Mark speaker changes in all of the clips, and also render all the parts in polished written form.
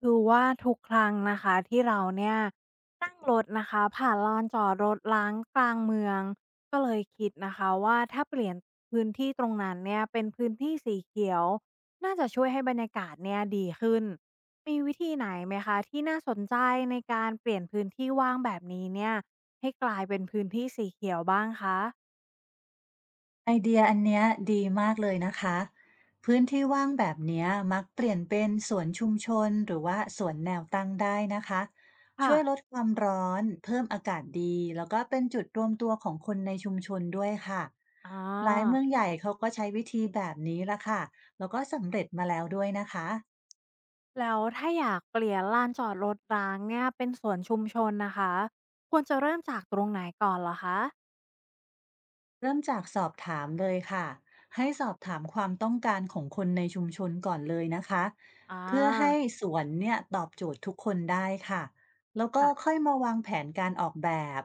Speaker 1: คือว่าทุกครั้งนะคะที่เราเนี่ยนั่งรถนะคะผ่านลานจอดรถล้างกลางเมืองก็เลยคิดนะคะว่าถ้าเปลี่ยนพื้นที่ตรงนั้นเนี่ยเป็นพื้นที่สีเขียวน่าจะช่วยให้บรรยากาศเนี่ยดีขึ้นมีวิธีไหนไหมคะที่น่าสนใจในการเปลี่ยนพื้นที่ว่างแบบนี้เนี่ยให้กลายเป็นพื้นที่สีเขียวบ้างคะ
Speaker 2: ไอเดียอันเนี้ยดีมากเลยนะคะ พื้นที่ว่างแบบเนี้ยมักเปลี่ยนเป็นสวนชุมชนหรือว่าสวนแนวตั้งได้นะคะ
Speaker 1: ค่ะ
Speaker 2: ช่วยลดความร้อนเพิ่มอากาศดีแล้วก็เป็นจุดรวมตัวของคนในชุมชนด้วยค่ะ
Speaker 1: อ๋อ
Speaker 2: หลายเมืองใหญ่เขาก็ใช้วิธีแบบนี้ละค่ะแล้วก็สำเร็จมาแล้วด้วยนะคะ
Speaker 1: แล้วถ้าอยากเปลี่ยนลานจอดรถร้างเนี่ยเป็นสวนชุมชนนะคะควรจะเริ่มจากตรงไหนก่อนเหรอคะ
Speaker 2: เริ่มจากสอบถามเลยค่ะให้สอบถามความต้องการของคนในชุมชนก่อนเลยนะคะ
Speaker 1: อ
Speaker 2: เพื่อให้
Speaker 1: า
Speaker 2: สวนเนี่ยตอบโจทย์ทุกคนได้ค่ะแล้วก็
Speaker 1: ค่ะ
Speaker 2: ค่อยมาวางแผนการออกแบบ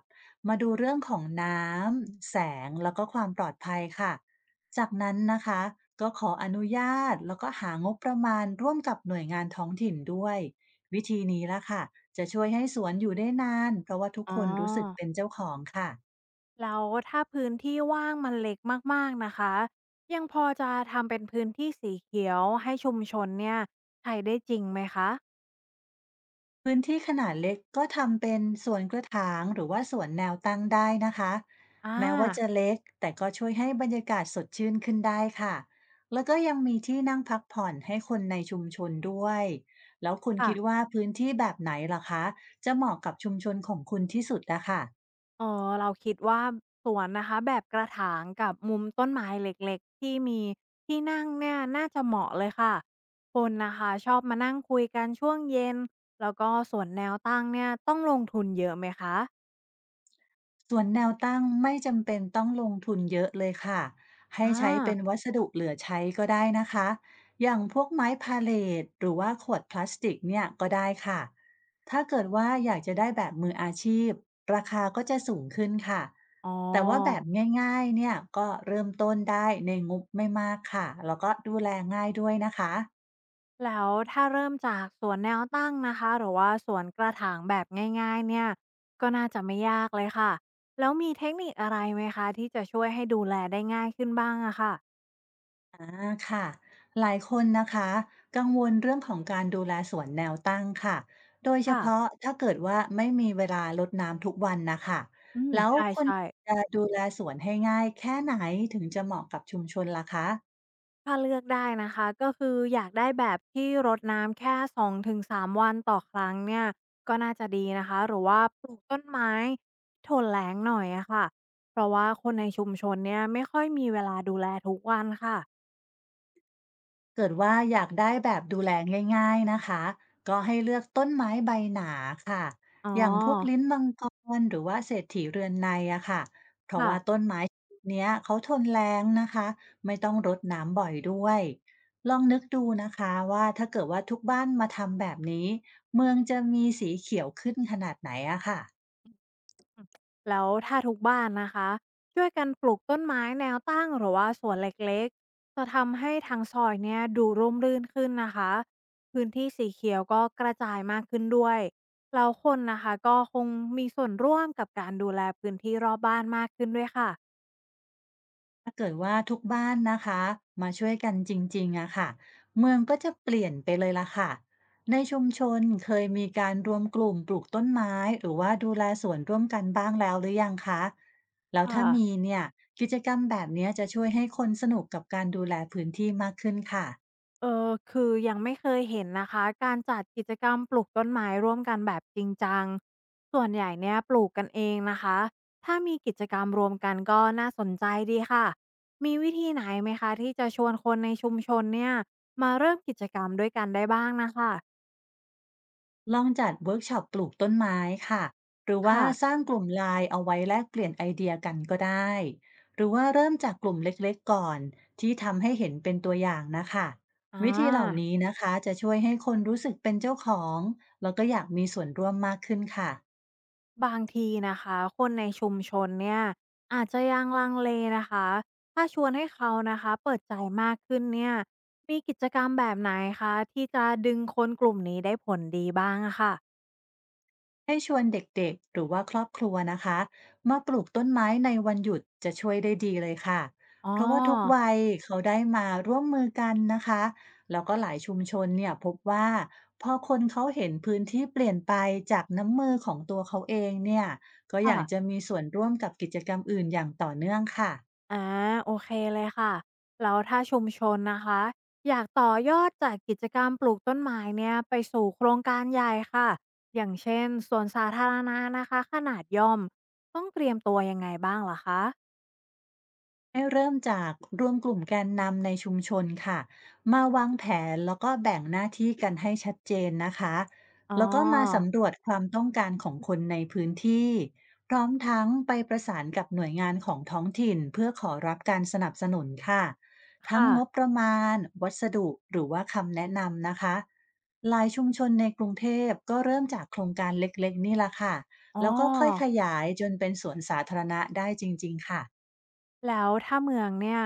Speaker 2: มาดูเรื่องของน้ำแสงแล้วก็ความปลอดภัยค่ะจากนั้นนะคะก็ขออนุญาตแล้วก็หางบประมาณร่วมกับหน่วยงานท้องถิ่นด้วยวิธีนี้ละค่ะจะช่วยให้สวนอยู่ได้นานเพราะว่าทุก
Speaker 1: อ๋อ
Speaker 2: คนรู้สึกเป็นเจ้าของค่ะ
Speaker 1: แล้วถ้าพื้นที่ว่างมันเล็กมากๆนะคะยังพอจะทำเป็นพื้นที่สีเขียวให้ชุมชนเนี่ยใช้ได้จริงไหมคะ
Speaker 2: พื้นที่ขนาดเล็กก็ทำเป็นสวนกระถางหรือว่าสวนแนวตั้งได้นะคะแม้ว่า
Speaker 1: อา
Speaker 2: จะเล็กแต่ก็ช่วยให้บรรยากาศสดชื่นขึ้นได้ค่ะแล้วก็ยังมีที่นั่งพักผ่อนให้คนในชุมชนด้วยแล้วคุณคิด
Speaker 1: ค่ะ
Speaker 2: ว่าพื้นที่แบบไหนล่ะคะจะเหมาะกับชุมชนของคุณที่สุดนะคะ
Speaker 1: เอ๋อเราคิดว่าสวนนะคะแบบกระถางกับมุมต้นไม้เล็กๆที่มีที่นั่งเนี่ยน่าจะเหมาะเลยค่ะคนนะคะชอบมานั่งคุยกันช่วงเย็นแล้วก็สวนแนวตั้งเนี่ยต้องลงทุนเยอะไหมคะ
Speaker 2: ส่วนแนวตั้งไม่จำเป็นต้องลงทุนเยอะเลยค่ะ ให้
Speaker 1: อา
Speaker 2: ใช้เป็นวัสดุเหลือใช้ก็ได้นะคะ อย่างพวกไม้พาเลตหรือว่าขวดพลาสติกเนี่ยก็ได้ค่ะ ถ้าเกิดว่าอยากจะได้แบบมืออาชีพ ราคาก็จะสูงขึ้นค่ะ
Speaker 1: อ๋
Speaker 2: แต่ว่าแบบ
Speaker 1: อ
Speaker 2: ง่ายๆเนี่ยก็เริ่มต้นได้ในงบไม่มากค่ะ แล้วก็ดูแลง่ายด้วยนะคะ
Speaker 1: แล้วถ้าเริ่มจากสวนแนวตั้งนะคะหรือว่าสวนกระถางแบบง่ายๆเนี่ยก็น่าจะไม่ยากเลยค่ะแล้วมีเทคนิคอะไรไหมคะที่จะช่วยให้ดูแลได้ง่ายขึ้นบ้างอะค่ะ
Speaker 2: อ่าค่ะหลายคนนะคะกังวลเรื่องของการดูแลสวนแนวตั้งค่ะโดยเฉ
Speaker 1: ค่ะ
Speaker 2: พาะถ้าเกิดว่าไม่มีเวลารดน้ำทุกวันนะคะ
Speaker 1: อืม
Speaker 2: แล้ว
Speaker 1: ใ
Speaker 2: คน
Speaker 1: ช่ๆ
Speaker 2: จะดูแลสวนให้ง่ายแค่ไหนถึงจะเหมาะกับชุมชนล่ะคะ
Speaker 1: ถ้าเลือกได้นะคะก็คืออยากได้แบบที่รดน้ำแค่2-3วันต่อครั้งเนี่ยก็น่าจะดีนะคะหรือว่าปลูกต้นไม้ทนแล้งหน่อยอะค่ะเพราะว่าคนในชุมชนเนี่ยไม่ค่อยมีเวลาดูแลทุกวันค่ะ
Speaker 2: เกิดว่าอยากได้แบบดูแลง่ายๆนะคะก็ให้เลือกต้นไม้ใบหนาค่ะ
Speaker 1: อ๋อ
Speaker 2: อย่างพวกลิ้นมังกรหรือว่าเศรษฐีเรือนในอะค่ะเพราะ
Speaker 1: ค่ะ
Speaker 2: ว่าต้นไม้ชนิดเนี้ยเขาทนแรงนะคะไม่ต้องรดน้ำบ่อยด้วยลองนึกดูนะคะว่าถ้าเกิดว่าทุกบ้านมาทำแบบนี้เมืองจะมีสีเขียวขึ้นขนาดไหนอะค่ะ
Speaker 1: อืมแล้วถ้าทุกบ้านนะคะช่วยกันปลูกต้นไม้แนวตั้งหรือว่าสวนเล็กๆจะทำให้ทางซอยเนี่ยดูร่มรื่นขึ้นนะคะพื้นที่สีเขียวก็กระจายมากขึ้นด้วยแล้วคนนะคะก็คงมีส่วนร่วมกับการดูแลพื้นที่รอบบ้านมากขึ้นด้วยค่ะ
Speaker 2: ถ้าเกิดว่าทุกบ้านนะคะมาช่วยกันจริงๆอะค่ะเมืองก็จะเปลี่ยนไปเลยละค่ะในชุมชนเคยมีการรวมกลุ่มปลูกต้นไม้หรือว่าดูแลสวนร่วมกันบ้างแล้วหรือยังคะแล้ว
Speaker 1: ค่ะ
Speaker 2: ถ้ามีเนี่ยกิจกรรมแบบเนี้ยจะช่วยให้คนสนุกกับการดูแลพื้นที่มากขึ้นค่ะ
Speaker 1: เออคือยังไม่เคยเห็นนะคะการจัดกิจกรรมปลูกต้นไม้ร่วมกันแบบจริงจังส่วนใหญ่เนี่ยปลูกกันเองนะคะถ้ามีกิจกรรมรวมกันก็น่าสนใจดีค่ะมีวิธีไหนไหมคะที่จะชวนคนในชุมชนเนี่ยมาเริ่มกิจกรรมด้วยกันได้บ้างนะคะ
Speaker 2: ลองจัดเวิร์กช็อปปลูกต้นไม้ค่ะหรือว่า
Speaker 1: ค่ะ
Speaker 2: สร้างกลุ่มไลน์เอาไว้แลกเปลี่ยนไอเดียกันก็ได้หรือว่าเริ่มจากกลุ่มเล็กๆก่อนที่ทำให้เห็นเป็นตัวอย่างนะคะ
Speaker 1: อ
Speaker 2: วิธีเหล่า
Speaker 1: า
Speaker 2: นี้นะคะจะช่วยให้คนรู้สึกเป็นเจ้าของแล้วก็อยากมีส่วนร่วมมากขึ้นค่ะ
Speaker 1: บางทีนะคะคนในชุมชนเนี่ยอาจจะยังลังเลนะคะถ้าชวนให้เขานะคะเปิดใจมากขึ้นเนี่ยมีกิจกรรมแบบไหนคะที่จะดึงคนกลุ่มนี้ได้ผลดีบ้างอะค่ะ
Speaker 2: ให้ชวนเด็กๆหรือว่าครอบครัวนะคะมาปลูกต้นไม้ในวันหยุดจะช่วยได้ดีเลยค่ะ
Speaker 1: อ๋อ
Speaker 2: เพราะว่าทุกวัยเขาได้มาร่วมมือกันนะคะแล้วก็หลายชุมชนเนี่ยพบว่าพอคนเขาเห็นพื้นที่เปลี่ยนไปจากน้ำมือของตัวเขาเองเนี่ยก็อยากจะ
Speaker 1: ค่ะ
Speaker 2: มีส่วนร่วมกับกิจกรรมอื่นอย่างต่อเนื่องค่ะ
Speaker 1: อาโอเคเลยค่ะแล้วถ้าชุมชนนะคะอยากต่อยอดจากกิจกรรมปลูกต้นไม้เนี่ยไปสู่โครงการใหญ่ค่ะอย่างเช่นสวนสาธารณะนะคะขนาดย่อมต้องเตรียมตัวยังไงบ้างเหรอคะ
Speaker 2: ให้เริ่มจากรวมกลุ่มแกนนำในชุมชนค่ะมาวางแผนแล้วก็แบ่งหน้าที่กันให้ชัดเจนนะคะ
Speaker 1: อ๋อ
Speaker 2: แล้วก็มาสำรวจความต้องการของคนในพื้นที่พร้อมทั้งไปประสานกับหน่วยงานของท้องถิ่นเพื่อขอรับการสนับสนุนค่ะทั้ง
Speaker 1: ค่ะ
Speaker 2: งบประมาณวัสดุหรือว่าคำแนะนำนะคะหลายชุมชนในกรุงเทพก็เริ่มจากโครงการเล็กๆนี่ละค่ะ
Speaker 1: อ๋อ
Speaker 2: แล้วก็ค่อยขยายจนเป็นสวนสาธารณะได้จริงๆค่ะ
Speaker 1: แล้วถ้าเมืองเนี่ย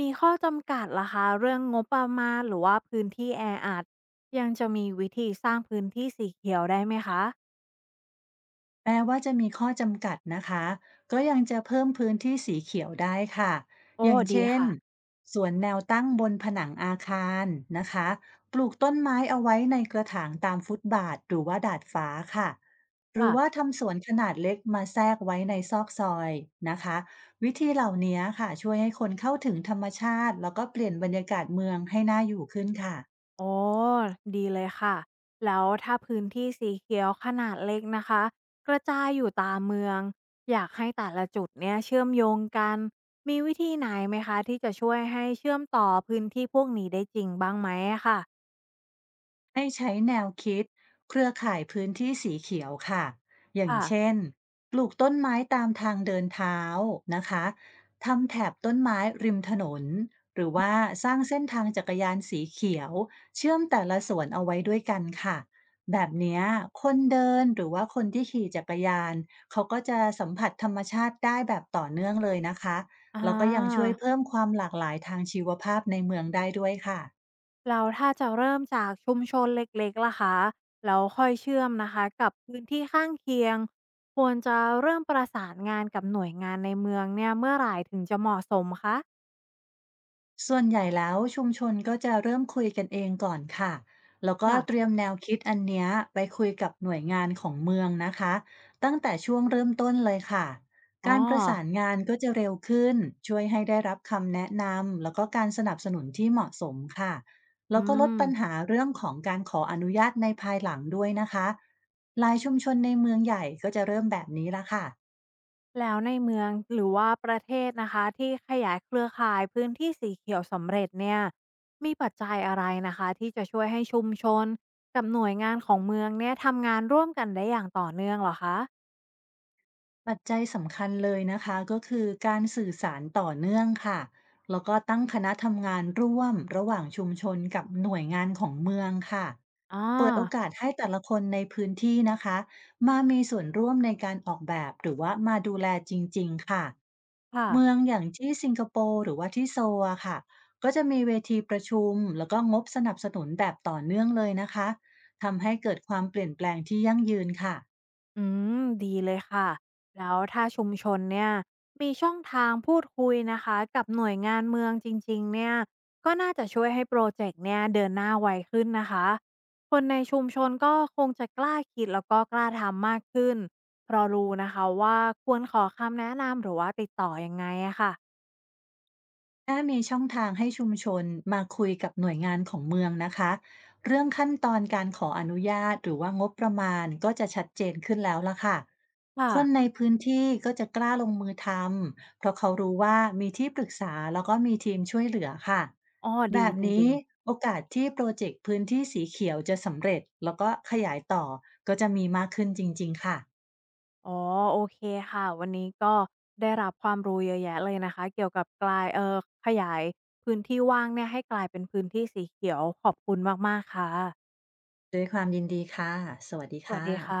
Speaker 1: มีข้อจำกัดล่ะคะเรื่องงบประมาณหรือว่าพื้นที่แออัดยังจะมีวิธีสร้างพื้นที่สีเขียวได้ไหมคะ
Speaker 2: แม้ว่าจะมีข้อจำกัดนะคะก็ยังจะเพิ่มพื้นที่สีเขียวได้ค่ะอ
Speaker 1: โอ้
Speaker 2: ย่าง
Speaker 1: ดี
Speaker 2: เช่น
Speaker 1: ค่ะ
Speaker 2: สวนแนวตั้งบนผนังอาคารนะคะปลูกต้นไม้เอาไว้ในกระถางตามฟุตบาทหรือว่าดาดฟ้าค่ะหรือว่า
Speaker 1: ค่ะ
Speaker 2: ทำสวนขนาดเล็กมาแทรกไว้ในซอกซอยนะคะวิธีเหล่านี้ค่ะช่วยให้คนเข้าถึงธรรมชาติแล้วก็เปลี่ยนบรรยากาศเมืองให้น่าอยู่ขึ้นค่ะ
Speaker 1: อ๋อดีเลยค่ะแล้วถ้าพื้นที่สีเขียวขนาดเล็กนะคะกระจายอยู่ตามเมืองอยากให้แต่ละจุดเนี่ยเชื่อมโยงกันมีวิธีไหนไหมคะที่จะช่วยให้เชื่อมต่อพื้นที่พวกนี้ได้จริงบ้างไหมอะค่ะ
Speaker 2: ให้ใช้แนวคิดเครือข่ายพื้นที่สีเขียวค่ะ อย่าง
Speaker 1: ค่ะ
Speaker 2: เช่นปลูกต้นไม้ตามทางเดินเท้านะคะทำแถบต้นไม้ริมถนนหรือว่าสร้างเส้นทางจักรยานสีเขียวเชื่อมแต่ละสวนเอาไว้ด้วยกันค่ะ แบบเนี้ยคนเดินหรือว่าคนที่ขี่จักรยานเขาก็จะสัมผัสธรรมชาติได้แบบต่อเนื่องเลยนะคะ
Speaker 1: อา
Speaker 2: แล้วก็ยังช่วยเพิ่มความหลากหลายทางชีวภาพในเมืองได้ด้วยค่ะ
Speaker 1: แล้วถ้าจะเริ่มจากชุมชนเล็กๆล่ะคะแล้วค่อยเชื่อมนะคะกับพื้นที่ข้างเคียงควรจะเริ่มประสานงานกับหน่วยงานในเมืองเนี่ยเมื่อไหร่ถึงจะเหมาะสมคะ
Speaker 2: ส่วนใหญ่แล้วชุมชนก็จะเริ่มคุยกันเองก่อนค่ะแล้วก็เตรี
Speaker 1: ค่ะ
Speaker 2: ยมแนวคิดอันเนี้ยไปคุยกับหน่วยงานของเมืองนะคะตั้งแต่ช่วงเริ่มต้นเลยค่ะ
Speaker 1: อ๋อ
Speaker 2: การประสานงานก็จะเร็วขึ้นช่วยให้ได้รับคำแนะนำแล้วก็การสนับสนุนที่เหมาะสมค่ะแล้
Speaker 1: อื
Speaker 2: วก็ลด
Speaker 1: ม
Speaker 2: ปัญหาเรื่องของการขออนุญาตในภายหลังด้วยนะคะหลายชุมชนในเมืองใหญ่ก็จะเริ่มแบบนี้ละค่ะ
Speaker 1: แล้วในเมืองหรือว่าประเทศนะคะที่ขยายเครือข่ายพื้นที่สีเขียวสำเร็จเนี่ยมีปัจจัยอะไรนะคะที่จะช่วยให้ชุมชนกับหน่วยงานของเมืองเนี่ยทำงานร่วมกันได้อย่างต่อเนื่องเหรอคะ
Speaker 2: ปัจจัยสำคัญเลยนะคะก็คือการสื่อสารต่อเนื่องค่ะแล้วก็ตั้งคณะทำงานร่วมระหว่างชุมชนกับหน่วยงานของเมืองค่ะ
Speaker 1: อ
Speaker 2: เปิดโอ
Speaker 1: อ
Speaker 2: กาสให้แต่ละคนในพื้นที่นะคะมามีส่วนร่วมในการออกแบบหรือว่ามาดูแลจริงๆค่ะ
Speaker 1: ค่ะ
Speaker 2: เมืองอย่างที่สิงคโปร์หรือว่าที่โซลอะค่ะก็จะมีเวทีประชุมแล้วก็งบสนับสนุนแบบต่อเนื่องเลยนะคะทำให้เกิดความเปลี่ยนแปลงที่ยั่งยืนค่ะ
Speaker 1: อืมดีเลยค่ะแล้วถ้าชุมชนเนี่ยมีช่องทางพูดคุยนะคะกับหน่วยงานเมืองจริงๆเนี่ยก็น่าจะช่วยให้โปรเจกต์เนี่ยเดินหน้าไวขึ้นนะคะคนในชุมชนก็คงจะกล้าคิดแล้วก็กล้าทำมากขึ้นเพราะรู้นะคะว่าควรขอคำแนะนำหรือว่าติดต่อยังไงอะค่ะ
Speaker 2: ถ้ามีช่องทางให้ชุมชนมาคุยกับหน่วยงานของเมืองนะคะเรื่องขั้นตอนการขออนุญาตหรือว่างบประมาณก็จะชัดเจนขึ้นแล้วล่ะค่ะคนใน
Speaker 1: ค่ะ
Speaker 2: พื้นที่ก็จะกล้าลงมือทำเพราะเขารู้ว่ามีที่ปรึกษาแล้วก็มีทีมช่วยเหลือค่ะ
Speaker 1: อ้อ
Speaker 2: แบ
Speaker 1: ดี
Speaker 2: บ
Speaker 1: จ
Speaker 2: นี้
Speaker 1: ริงๆ
Speaker 2: โอกาสที่โปรเจกต์พื้นที่สีเขียวจะสำเร็จแล้วก็ขยายต่อก็จะมีมากขึ้นจริงๆค่ะ
Speaker 1: อ๋อโอเคค่ะวันนี้ก็ได้รับความรู้เยอะแยะเลยนะคะเกี่ยวกับกลายขยายพื้นที่ว่างเนี่ยให้กลายเป็นพื้นที่สีเขียวขอบคุณมากๆค่ะ
Speaker 2: ด้วยความยินดีค่ะสวัสดี
Speaker 1: สวัส
Speaker 2: ค่ะ
Speaker 1: ดีค่ะ